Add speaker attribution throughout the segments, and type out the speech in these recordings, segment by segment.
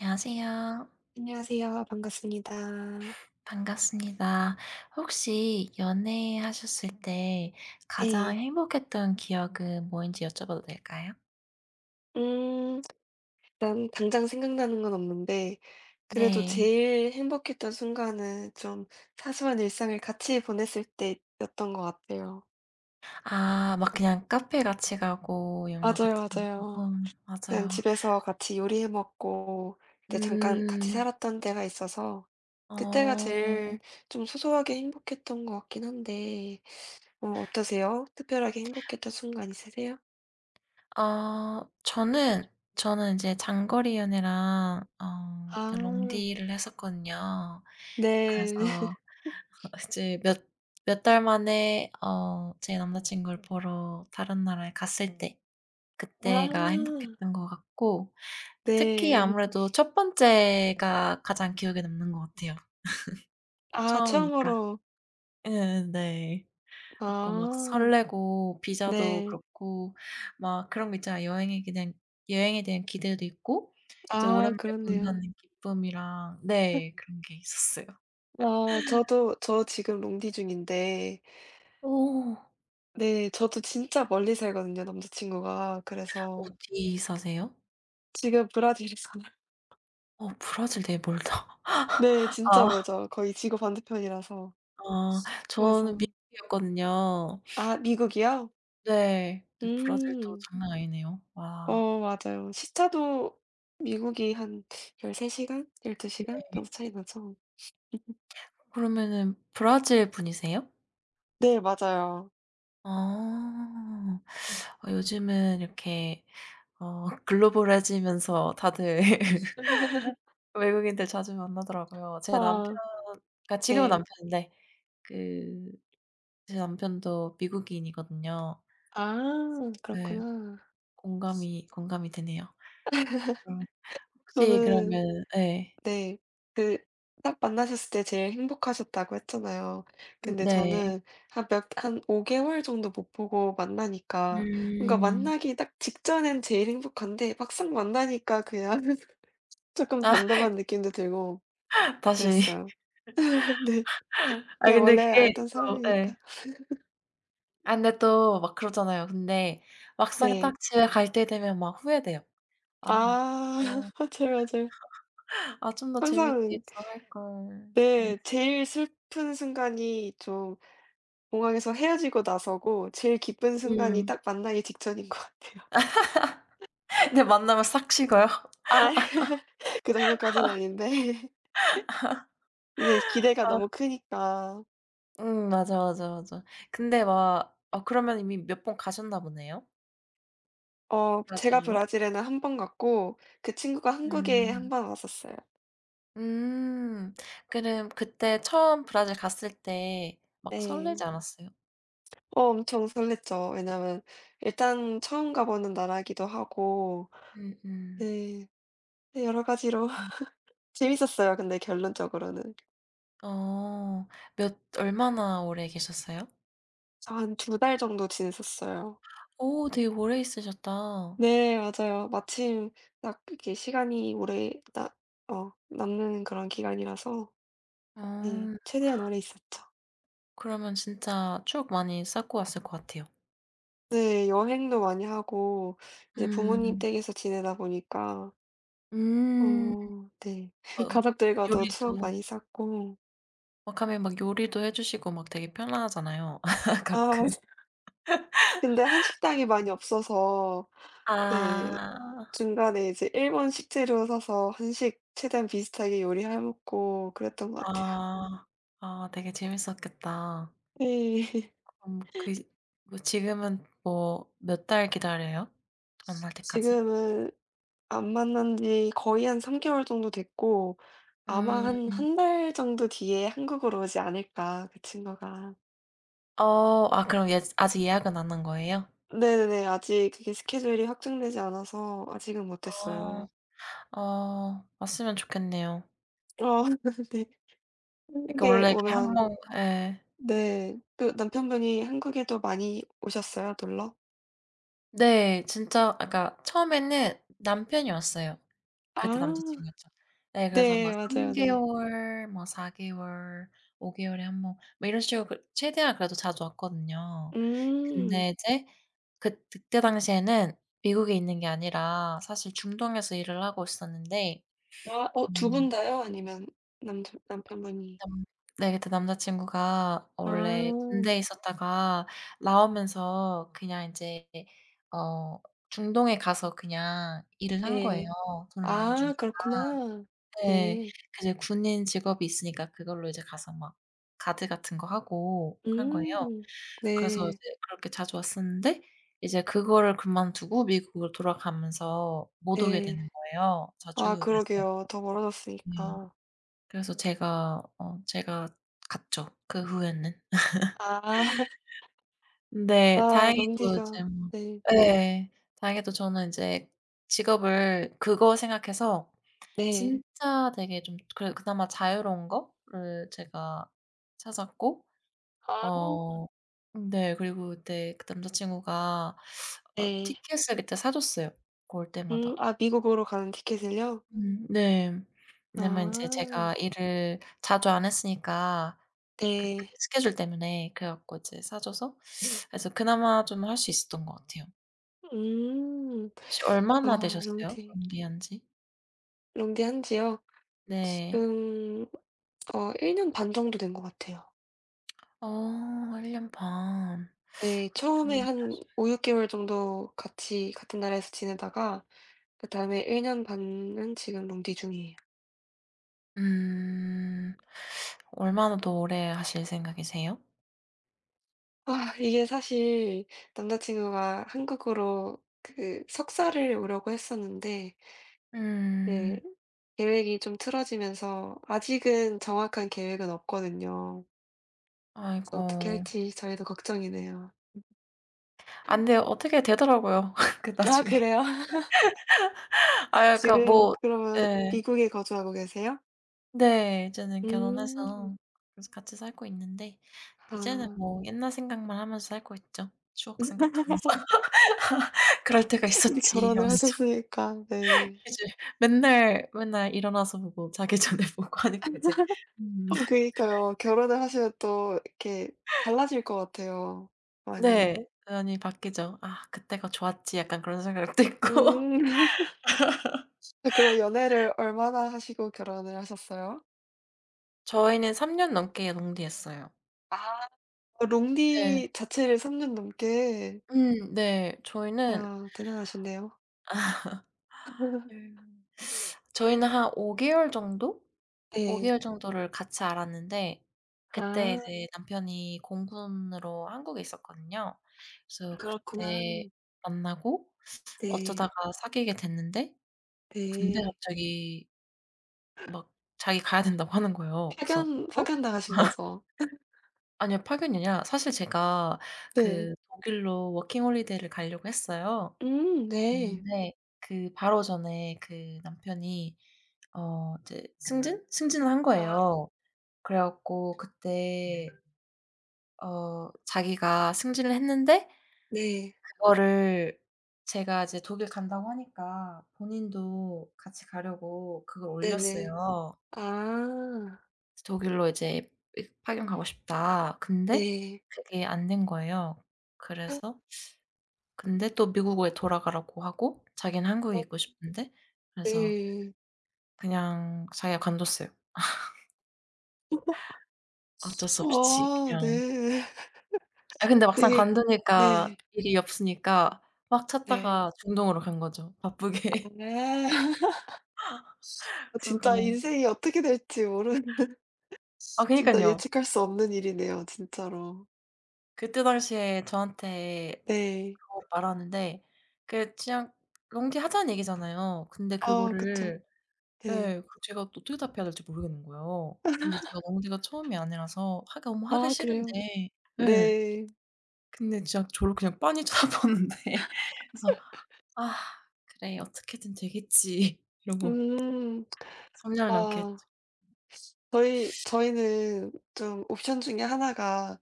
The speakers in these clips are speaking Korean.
Speaker 1: 안녕하세요.
Speaker 2: 안녕하세요. 반갑습니다.
Speaker 1: 반갑습니다. 혹시 연애하셨을 때 가장
Speaker 2: 네.
Speaker 1: 행복했던 기억은 뭐인지 여쭤봐도 될까요?
Speaker 2: 음 일단 당장 생각나는 건 없는데 그래도
Speaker 1: 네.
Speaker 2: 제일 행복했던 순간은 좀 사소한 일상을 같이 보냈을 때였던 것 같아요.
Speaker 1: 아 막 그냥 카페 같이 가고 영화 같이
Speaker 2: 맞아요,
Speaker 1: 보고.
Speaker 2: 맞아요.
Speaker 1: 어
Speaker 2: 그냥
Speaker 1: 맞아요.
Speaker 2: 집에서 같이 요리해 먹고 그때 잠깐 같이
Speaker 1: 음.
Speaker 2: 살았던 때가 있어서 그때가
Speaker 1: 어.
Speaker 2: 제일 좀 소소하게 행복했던 것 같긴 한데 어떠세요? 특별하게 행복했던 순간 있으세요?
Speaker 1: 어 저는 저는 이제 장거리 연애랑 네
Speaker 2: 아
Speaker 1: 롱디를 했었거든요.
Speaker 2: 네.
Speaker 1: 그래서 이제 몇 달 만에 제 남자친구를 보러 다른 나라에 갔을 때 그때가
Speaker 2: 아.
Speaker 1: 행복했던 것 같고 특히
Speaker 2: 네.
Speaker 1: 아무래도 첫 번째가 가장 기억에 남는 것 같아요.
Speaker 2: 아
Speaker 1: 처음이니까.
Speaker 2: 처음으로.
Speaker 1: 예 네. 갖고 막
Speaker 2: 아
Speaker 1: 설레고 비자도
Speaker 2: 네.
Speaker 1: 그렇고 막 그런 거 있잖아요. 여행에 대한 기대도 있고 이제
Speaker 2: 아
Speaker 1: 오랜만에
Speaker 2: 그렇네요.
Speaker 1: 본다는 기쁨이랑, 네, 그런 게 있었어요.
Speaker 2: 아 저도 저 지금 롱디 중인데
Speaker 1: 오.
Speaker 2: 네 저도 진짜 멀리 살거든요, 남자 친구가. 그래서
Speaker 1: 어디 사세요?
Speaker 2: 지금 브라질에 살아요.
Speaker 1: 브라질 되게 멀다.
Speaker 2: 네 진짜
Speaker 1: 아.
Speaker 2: 멀죠. 거의 지구 반대편이라서.
Speaker 1: 아 저는
Speaker 2: 그래서.
Speaker 1: 미국이었거든요.
Speaker 2: 아 미국이요?
Speaker 1: 네. 근데 브라질도
Speaker 2: 음.
Speaker 1: 장난 아니네요. 와.
Speaker 2: 맞아요. 시차도 미국이 한 13 시간, 12 시간
Speaker 1: 네.
Speaker 2: 정도 차이 나죠.
Speaker 1: 그러면은 브라질 분이세요?
Speaker 2: 네 맞아요.
Speaker 1: 아. 요즘은 이렇게 글로벌해지면서 다들 외국인들 자주 만나더라고요. 제 남편
Speaker 2: 아
Speaker 1: 그러니까 지금은
Speaker 2: 네.
Speaker 1: 남편인데 그 제 남편도 미국인이거든요.
Speaker 2: 아
Speaker 1: 네.
Speaker 2: 그렇구나.
Speaker 1: 공감이 되네요. 음. 혹시
Speaker 2: 저는
Speaker 1: 그러면 예.
Speaker 2: 네. 그 딱 만나셨을 때 제일 행복하셨다고 했잖아요.
Speaker 1: 음.
Speaker 2: 근데
Speaker 1: 네.
Speaker 2: 저는 한 5 개월 정도 못 보고 만나니까 뭔가
Speaker 1: 음.
Speaker 2: 만나기 딱 직전엔 제일 행복한데 막상 만나니까 그냥 조금 덤덤한 느낌도 들고
Speaker 1: 아 다시.
Speaker 2: 그랬어요. 네.
Speaker 1: 아
Speaker 2: 그냥
Speaker 1: 근데
Speaker 2: 원래
Speaker 1: 그게
Speaker 2: 알던
Speaker 1: 또 예.
Speaker 2: 사람이니까.
Speaker 1: 아 근데 또 막 그러잖아요. 근데 막상
Speaker 2: 네.
Speaker 1: 딱 집에 갈 때 되면 막 후회돼요. '아
Speaker 2: 아
Speaker 1: 막 좀 더
Speaker 2: 맞아요, 맞아요.
Speaker 1: 아 좀 더 재밌게
Speaker 2: 항상
Speaker 1: 잘할 걸.' 음.
Speaker 2: 네 제일 슬픈 순간이 좀 공항에서 헤어지고 나서고 제일 기쁜 순간이
Speaker 1: 음.
Speaker 2: 딱 만나기 직전인 것 같아요.
Speaker 1: 근데 만나면 싹 식어요.
Speaker 2: 아. 그 정도까지는 아닌데 이제 기대가 너무
Speaker 1: 아
Speaker 2: 크니까
Speaker 1: 맞아, 맞아, 맞아. 근데 막 아 그러면 이미 몇 번 가셨나 보네요?
Speaker 2: 제가
Speaker 1: 브라질로?
Speaker 2: 브라질에는 한 번 갔고 그 친구가 한국에 한
Speaker 1: 음.
Speaker 2: 번 왔었어요.
Speaker 1: 음. 그럼 그때 처음 브라질 갔을 때 막 설레지,
Speaker 2: 네.
Speaker 1: 네, 않았어요?
Speaker 2: 엄청 설렜죠. 왜냐면 일단 처음 가 보는 나라이기도 하고.
Speaker 1: 음음.
Speaker 2: 네. 네 여러 가지로
Speaker 1: 음.
Speaker 2: 재밌었어요 근데 결론적으로는.
Speaker 1: 어. 몇 얼마나 오래 계셨어요?
Speaker 2: 저 한 두 달 정도 지냈었어요.
Speaker 1: 오 되게 오래 있으셨다.
Speaker 2: 네 맞아요. 마침 딱 이렇게 시간이 오래 나 어 남는 그런 기간이라서 네
Speaker 1: 어.
Speaker 2: 최대한 오래 있었죠.
Speaker 1: 그러면 진짜 추억 많이 쌓고 왔을 것 같아요.
Speaker 2: 네 여행도 많이 하고 이제 부모님
Speaker 1: 음.
Speaker 2: 댁에서 지내다 보니까
Speaker 1: 음.
Speaker 2: 네.
Speaker 1: 어
Speaker 2: 가족들과도 추억
Speaker 1: 요리도
Speaker 2: 많이 쌓고.
Speaker 1: 와카메 막 요리도 해 주시고 막 되게 편하잖아요
Speaker 2: 아
Speaker 1: 가끔.
Speaker 2: 맞아 근데 한식당이 많이 없어서 네
Speaker 1: 아.
Speaker 2: 중간에 이제 일본 식재료 사서 한식 최대한 비슷하게 요리해 먹고 그랬던 것 같아요.
Speaker 1: 아. 아 되게 재밌었겠다.
Speaker 2: 네.
Speaker 1: 그 뭐 지금은 뭐 몇 달 기다려요? 만날 때까지?
Speaker 2: 지금은 안 만난 지 거의 한 3 개월 정도 됐고 아마
Speaker 1: 음.
Speaker 2: 한 한 달 정도 뒤에 한국으로 오지 않을까 그 친구가.
Speaker 1: 그럼, 예, 아직 예약은 안 한 거예요?
Speaker 2: 네네네. 아직 그게 스케줄이 확정되지 않아서 아직은 못
Speaker 1: 어
Speaker 2: 했어요.
Speaker 1: 왔으면 좋겠네요.
Speaker 2: 어 네.
Speaker 1: 그러니까
Speaker 2: 한국에
Speaker 1: 원래 이렇게 한
Speaker 2: 오면.
Speaker 1: 번 예.
Speaker 2: 네. 그 남편분이 한국에도 많이 오셨어요, 놀러?
Speaker 1: 네. 진짜 아까 처음에는 남편이 왔어요. 그때
Speaker 2: 아.
Speaker 1: 남자친구였죠. 네 그래서
Speaker 2: 네.
Speaker 1: 막 3
Speaker 2: 맞아요. 네.
Speaker 1: 개월, 뭐 4 개월, 5 개월에 한 번 뭐 이런 식으로 그 최대한 그래도 자주 왔거든요.
Speaker 2: 음.
Speaker 1: 근데 이제 그때 당시에는 미국에 있는 게 아니라 사실 중동에서 일을 하고 있었는데
Speaker 2: 아 두 분
Speaker 1: 음.
Speaker 2: 다요? 아니면 남자 남편분이?
Speaker 1: 남 네 그때 남자친구가 원래
Speaker 2: 아.
Speaker 1: 군대에 있었다가 나오면서 그냥 인제 어 중동에 가서 그냥 일을 한 거예요,
Speaker 2: 예.
Speaker 1: 돈을 많이
Speaker 2: 아
Speaker 1: 주니까.
Speaker 2: 그렇구나.
Speaker 1: 네.
Speaker 2: 네.
Speaker 1: 이제 군인 직업이 있으니까 그걸로 이제 가서 막 가드 같은 거 하고 한 거예요.
Speaker 2: 음.
Speaker 1: 그래서
Speaker 2: 네.
Speaker 1: 이제 그렇게 자주 왔었는데 이제 그거를 그만두고 미국으로 돌아가면서 못 오게
Speaker 2: 네.
Speaker 1: 되는 거예요, 자주.
Speaker 2: 아
Speaker 1: 그래서
Speaker 2: 그러게요. 더
Speaker 1: 네.
Speaker 2: 멀어졌으니까.
Speaker 1: 그래서 제가 갔죠, 그 후에는.
Speaker 2: 아.
Speaker 1: 근데
Speaker 2: 아
Speaker 1: 다행히도 이제
Speaker 2: 롱디가.
Speaker 1: 뭐
Speaker 2: 네.
Speaker 1: 예. 다행히도 저는 인제 직업을 그거 생각해서
Speaker 2: 네.
Speaker 1: 진짜 되게 좀 그래 그나마 자유로운 거를 제가 찾았고
Speaker 2: 아
Speaker 1: 어 네 그리고 그때 그 남자 친구가
Speaker 2: 네.
Speaker 1: 티켓을 그때 사 줬어요 그 올 때마다.
Speaker 2: 아 미국으로 가는 티켓을요?
Speaker 1: 네. 왜냐면 인제
Speaker 2: 아
Speaker 1: 제가 일을 자주 안 했으니까 그
Speaker 2: 네.
Speaker 1: 스케줄 때문에 그래 갖고 이제 사 줘서 그래서 그나마 좀 할 수 있었던 것 같아요.
Speaker 2: 음.
Speaker 1: 혹시 얼마나
Speaker 2: 아
Speaker 1: 되셨어요?
Speaker 2: 롱디
Speaker 1: 연기한 지?
Speaker 2: 롱디 한지요?
Speaker 1: 네.
Speaker 2: 지금 1 년 반 정도 된 것 같아요.
Speaker 1: 어 1 년 반.
Speaker 2: 네.
Speaker 1: 그
Speaker 2: 처음에
Speaker 1: 좀
Speaker 2: 한 5-6 개월 정도 같이 같은 나라에서 지내다가 그다음에 1년 반은 지금 롱디 중이에요.
Speaker 1: 음. 얼마나 더 오래 하실 생각이세요?
Speaker 2: 아 이게 사실 남자친구가 한국으로 그 석사를 오려고 했었는데
Speaker 1: 음.
Speaker 2: 네 계획이 좀 틀어지면서 아직은 정확한 계획은 없거든요. 그래서
Speaker 1: 아이고.
Speaker 2: 어떻게 할지 저희도 걱정이네요.
Speaker 1: 아 근데 어떻게 되더라고요 그
Speaker 2: 아
Speaker 1: 나중에.
Speaker 2: 그래요?
Speaker 1: 아 그러니까
Speaker 2: 지금
Speaker 1: 뭐
Speaker 2: 그러면
Speaker 1: 예.
Speaker 2: 미국에 거주하고 계세요?
Speaker 1: 네. 이제는
Speaker 2: 음.
Speaker 1: 결혼해서 그래서 같이 살고 있는데 이제는
Speaker 2: 아.
Speaker 1: 뭐 옛날 생각만 하면서 살고 있죠. 추억 생각하면서 '그럴 때가
Speaker 2: 이제
Speaker 1: 있었지.'
Speaker 2: 결혼을
Speaker 1: 하면서
Speaker 2: 하셨으니까 네.
Speaker 1: 이제 맨날, 맨날 일어나서 보고 자기 전에 보고 하니까 이제 음.
Speaker 2: 그니까요. 결혼을 하시면 또 이렇게 달라질 것 같아요
Speaker 1: 네.
Speaker 2: 많이.
Speaker 1: 당연히 바뀌죠. '아 그때가 좋았지.' 약간 그런 생각도 있고.
Speaker 2: 음. 그럼 연애를 얼마나 하시고 결혼을 하셨어요?
Speaker 1: 저희는 3년 넘게 농디했어요.
Speaker 2: 아
Speaker 1: 네.
Speaker 2: 롱디 자체를 3년 넘게.
Speaker 1: 네.
Speaker 2: 와 대단하신데요.
Speaker 1: 음 저희는 한 5 개월 정도? 5
Speaker 2: 네.
Speaker 1: 개월 정도를 같이 알았는데 그때
Speaker 2: 아
Speaker 1: 이제 남편이 공군으로 한국에 있었거든요. 그래서
Speaker 2: 그렇구나.
Speaker 1: 그때 만나고
Speaker 2: 네.
Speaker 1: 어쩌다가 사귀게 됐는데 근데
Speaker 2: 네.
Speaker 1: 갑자기 막 자기 가야 된다고 하는 거예요. 그래서 "어?
Speaker 2: 파견당하신 거죠?
Speaker 1: 아니요. 파견이 아니라 사실 제가
Speaker 2: 네.
Speaker 1: 그 독일로 워킹 홀리데이를 가려고 했어요.
Speaker 2: 네.
Speaker 1: 근데 그 바로 전에 그 남편이 이제 승진? 승진을 한
Speaker 2: 아
Speaker 1: 거예요. 그래 갖고 그때 자기가 승진을 했는데
Speaker 2: 네.
Speaker 1: 그거를 제가 이제 독일 간다고 하니까 본인도 같이 가려고 그걸
Speaker 2: 네네.
Speaker 1: 올렸어요.
Speaker 2: 아
Speaker 1: "독일로 이제 파견 가고 싶다." 근데
Speaker 2: 네.
Speaker 1: 그게 안 된 거예요. 그래서 근데 또 미국에 돌아가라고 하고 자기는 한국에
Speaker 2: 어
Speaker 1: 있고 싶은데 그래서
Speaker 2: 네.
Speaker 1: 그냥 자기가 관뒀어요. 어쩔 수 없이
Speaker 2: 아
Speaker 1: 그냥
Speaker 2: 네.
Speaker 1: 아 근데 막상
Speaker 2: 되게
Speaker 1: 관두니까
Speaker 2: 네.
Speaker 1: 일이 없으니까 막
Speaker 2: 네.
Speaker 1: 찾다가 중동으로 간 거죠, 바쁘게.
Speaker 2: 아.
Speaker 1: 그래서
Speaker 2: 진짜
Speaker 1: 그냥
Speaker 2: 인생이 어떻게 될지 모르는.
Speaker 1: 아
Speaker 2: 진짜
Speaker 1: 그니깐요.
Speaker 2: 예측할 수 없는 일이네요 진짜로.
Speaker 1: 그때 당시에 저한테
Speaker 2: 네.
Speaker 1: 그걸 말하는데 그게 그냥 롱디 하자는 얘기잖아요. 근데
Speaker 2: 아 그쵸.
Speaker 1: 그거를
Speaker 2: 네.
Speaker 1: 예 그 제가 또 어떻게 답해야 될지 모르겠는 거예요. 근데 제가 롱디가 처음이 아니라서 하기 너무 하기
Speaker 2: 아 그래요?
Speaker 1: 싫은데 예.
Speaker 2: 네.
Speaker 1: 근데 진짜 저를 그냥 빤히 쳐다보는데 그래서 '아 그래. 어떻게든 되겠지.' 이러고
Speaker 2: 음.
Speaker 1: 성년남게
Speaker 2: 아
Speaker 1: 했죠.
Speaker 2: 저희는 좀 옵션 중에 하나가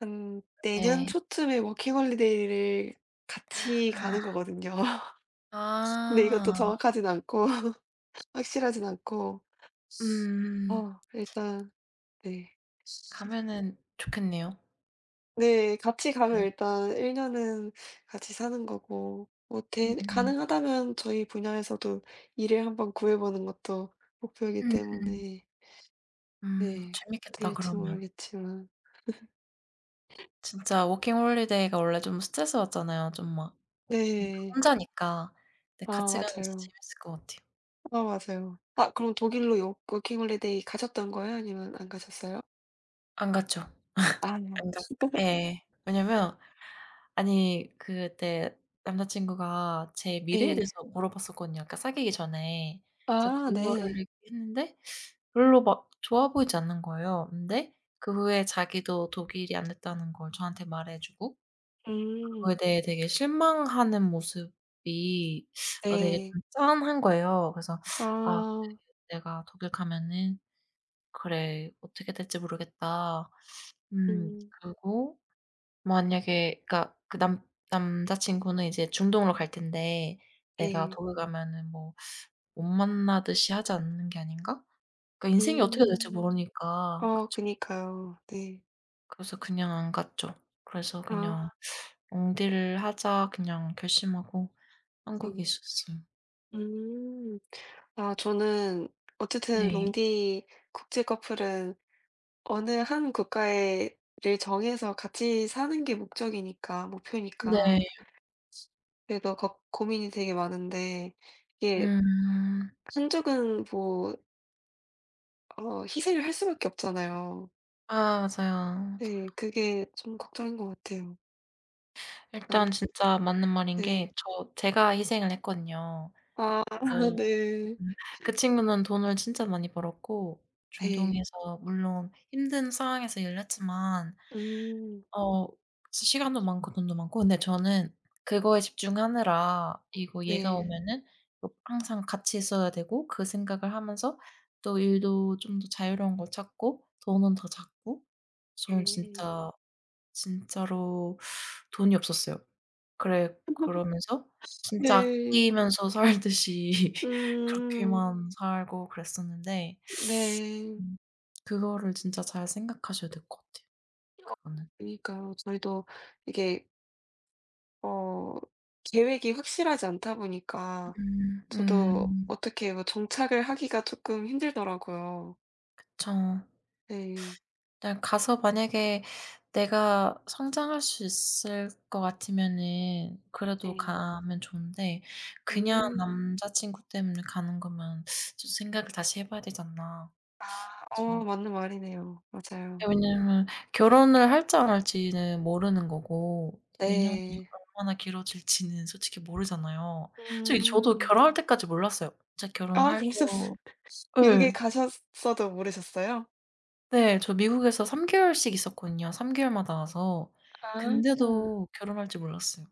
Speaker 2: 한 내년
Speaker 1: 네.
Speaker 2: 초쯤에 워킹홀리데이를 같이 가는 거거든요. 근데 이것도
Speaker 1: 아.
Speaker 2: 정확하진 않고 확실하진 않고
Speaker 1: 음.
Speaker 2: 일단. 네.
Speaker 1: 가면은 좋겠네요.
Speaker 2: 네. 같이 가면
Speaker 1: 네.
Speaker 2: 일단 1 년은 같이 사는 거고 뭐 대
Speaker 1: 음
Speaker 2: 가능하다면 저희 분야에서도 일을 한번 구해 보는 것도 목표이기
Speaker 1: 음음.
Speaker 2: 때문에 네.
Speaker 1: 재밌겠다
Speaker 2: 될지
Speaker 1: 그러면.
Speaker 2: 모르겠지만
Speaker 1: 진짜 워킹 홀리데이가 원래 좀 스트레스 받잖아요. 좀 막 그러니까
Speaker 2: 네.
Speaker 1: 혼자니까. 근데
Speaker 2: 아
Speaker 1: 같이 가면 진짜
Speaker 2: 맞아요.
Speaker 1: 재밌을 것 같아요.
Speaker 2: 아 맞아요. 아 그럼 독일로 요 워킹 홀리데이 가셨던 거예요? 아니면 안 가셨어요?
Speaker 1: 안 갔죠.
Speaker 2: 아
Speaker 1: 안 갔 예. 왜냐면 아니 그때 남자친구가 제 미래에, 네,
Speaker 2: 네.
Speaker 1: 대해서 물어봤었거든요, 아까 사귀기 전에. 그래서
Speaker 2: 아 네.
Speaker 1: 그거를 얘기했는데 별로 막 좋아 보이지 않는 거예요. 근데 그 후에 자기도 독일이 안 됐다는 걸 저한테 말해 주고
Speaker 2: 음.
Speaker 1: 그거에 대해 되게 실망하는 모습이 되게
Speaker 2: 네.
Speaker 1: 좀 짠한 거예요. 그래서 '아
Speaker 2: 아.
Speaker 1: 내가 독일 가면은 그래 어떻게 될지 모르겠다.'
Speaker 2: 음.
Speaker 1: 그리고 만약에 그러니까 그 남 남자 친구는 이제 중동으로 갈 텐데 내가
Speaker 2: 네.
Speaker 1: 독일 가면은 뭐 못 만나듯이 하지 않는 게 아닌가? 그러니까 인생이 어떻게 될지
Speaker 2: 음.
Speaker 1: 모르니까 그쵸.
Speaker 2: 그니까요. 네.
Speaker 1: 그래서 그냥 안 갔죠. 그래서 그냥
Speaker 2: 아.
Speaker 1: 엉디를 하자.' 그냥 결심하고 한국에
Speaker 2: 네.
Speaker 1: 있었어요.
Speaker 2: 음. 아 저는 어쨌든
Speaker 1: 네.
Speaker 2: 롱디 국제 커플은 어느 한 국가에 를 정해서 같이 사는 게 목적이니까 목표니까
Speaker 1: 네.
Speaker 2: 그래서 걱 고민이 되게 많은데 이게
Speaker 1: 음.
Speaker 2: 한쪽은 뭐 희생을 할 수밖에 없잖아요.
Speaker 1: 아 맞아요.
Speaker 2: 네. 그게 좀 걱정인 것 같아요. 아
Speaker 1: 일단 진짜 맞는 말인 게
Speaker 2: 네.
Speaker 1: 제가 희생을 했거든요.
Speaker 2: 아
Speaker 1: 그래서
Speaker 2: 네.
Speaker 1: 음. 그 친구는 돈을 진짜 많이 벌었고
Speaker 2: 네.
Speaker 1: 중동에서 물론 힘든 상황에서 일을 했지만
Speaker 2: 음.
Speaker 1: 어 시간도 많고 돈도 많고 근데 저는 그거에 집중하느라 이거 얘가
Speaker 2: 네.
Speaker 1: 오면은 또 항상 같이 있어야 되고 그 생각을 하면서 또 일도 좀 더 자유로운 걸 찾고 돈은 더 찾고 저는
Speaker 2: 네.
Speaker 1: 진짜 진짜로 돈이 없었어요. 그래 그러면서 진짜
Speaker 2: 네.
Speaker 1: 아끼면서 살듯이
Speaker 2: 음.
Speaker 1: 그렇게만 살고 그랬었는데
Speaker 2: 네.
Speaker 1: 음 그거를 진짜 잘 생각하셔야 될 것 같아요
Speaker 2: 어
Speaker 1: 그거는.
Speaker 2: 그니까요. 저희도 이게 어 계획이 확실하지 않다 보니까
Speaker 1: 음.
Speaker 2: 저도
Speaker 1: 음.
Speaker 2: 어떻게 뭐 정착을 하기가 조금 힘들더라고요.
Speaker 1: 그쵸.
Speaker 2: 네.
Speaker 1: 그냥 가서 만약에 내가 성장할 수 있을 것 같으면은 그래도
Speaker 2: 네.
Speaker 1: 가면 좋은데 그냥
Speaker 2: 음.
Speaker 1: 남자친구 때문에 가는 거면 좀 생각을 다시 해 봐야 되지 않나.
Speaker 2: 아
Speaker 1: 그쵸.
Speaker 2: 맞는 말이네요.
Speaker 1: 예
Speaker 2: 맞아요.
Speaker 1: 왜냐면 결혼을 할지 안 할지는 모르는 거고 인연이
Speaker 2: 네.
Speaker 1: 얼마나 길어질지는 솔직히 모르잖아요. 솔직히 저도
Speaker 2: 음.
Speaker 1: 결혼할 때까지 몰랐어요. 진짜
Speaker 2: 아
Speaker 1: 결혼할
Speaker 2: 그러셨어요.
Speaker 1: 거
Speaker 2: 미국에
Speaker 1: 예.
Speaker 2: 가셨어도 모르셨어요?
Speaker 1: 네. 저 미국에서 3 개월씩 있었거든요, 3 개월마다 와서.
Speaker 2: 아.
Speaker 1: 근데도 결혼할 줄 몰랐어요.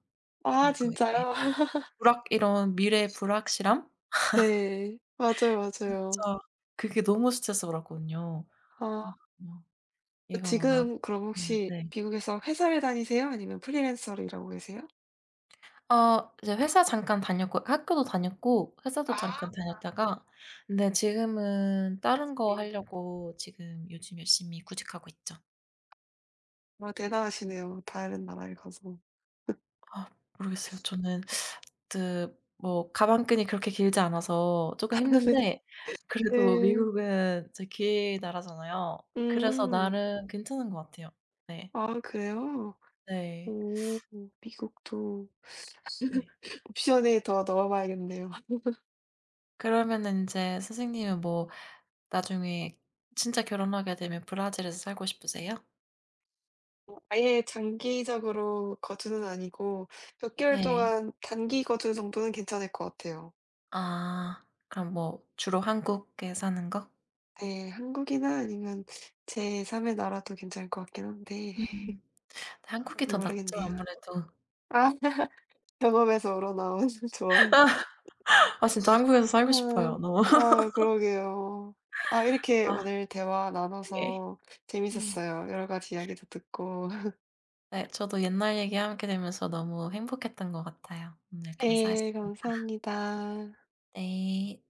Speaker 2: 아
Speaker 1: 그니까 이게
Speaker 2: 진짜요?
Speaker 1: 불확 이런 미래의 불확실함?
Speaker 2: 네. 맞아요, 맞아요.
Speaker 1: 진짜 그게 너무 스트레스 받았거든요.
Speaker 2: 아.
Speaker 1: 아 그냥 얘가 막 나한테
Speaker 2: 지금 그럼 혹시
Speaker 1: 네.
Speaker 2: 미국에서 회사를 다니세요? 아니면 프리랜서로 일하고 계세요?
Speaker 1: 이제 회사 잠깐 다녔고 학교도 다녔고 회사도
Speaker 2: 아
Speaker 1: 잠깐 다녔다가 근데 지금은 다른 거
Speaker 2: 네.
Speaker 1: 하려고 지금 요즘 열심히 구직하고 있죠.
Speaker 2: 와 대단하시네요. 다른 나라에 가서.
Speaker 1: 아 모르겠어요. 저는 그 뭐 가방끈이 그렇게 길지 않아서 조금
Speaker 2: 네.
Speaker 1: 힘든데 그래도
Speaker 2: 네.
Speaker 1: 미국은 이제 길 나라잖아요. 그래서
Speaker 2: 음.
Speaker 1: 나름 괜찮은 것 같아요. 네.
Speaker 2: 아 그래요?
Speaker 1: 네.
Speaker 2: 오. 미국도
Speaker 1: 네.
Speaker 2: 옵션에 더 넣어 봐야겠네요.
Speaker 1: 그러면은 인제 선생님은 뭐 나중에 진짜 결혼하게 되면 브라질에서 살고 싶으세요?
Speaker 2: 아예 장기적으로 거주는 아니고 몇 개월
Speaker 1: 네.
Speaker 2: 동안 단기 거주 정도는 괜찮을 것 같아요.
Speaker 1: 아. 그럼 뭐 주로 한국에 사는 거?
Speaker 2: 네. 한국이나 아니면 제 3의 나라도 괜찮을 것 같긴 한데
Speaker 1: 음. 한국이 더 낫죠
Speaker 2: 모르겠네요.
Speaker 1: 아무래도.
Speaker 2: 아. 경험에서 우러나온 조언.
Speaker 1: 아 진짜 한국에서 살고 싶어요
Speaker 2: 아.
Speaker 1: 너무.
Speaker 2: 아 그러게요. 아 이렇게
Speaker 1: 아
Speaker 2: 오늘 대화
Speaker 1: 네.
Speaker 2: 나눠서
Speaker 1: 음.
Speaker 2: 재밌었어요. 여러 가지 이야기도 듣고.
Speaker 1: 네. 저도 옛날 얘기하게 되면서 너무 행복했던 것 같아요. 오늘
Speaker 2: 네.
Speaker 1: 감사했습니다.
Speaker 2: 감사합니다.
Speaker 1: 네.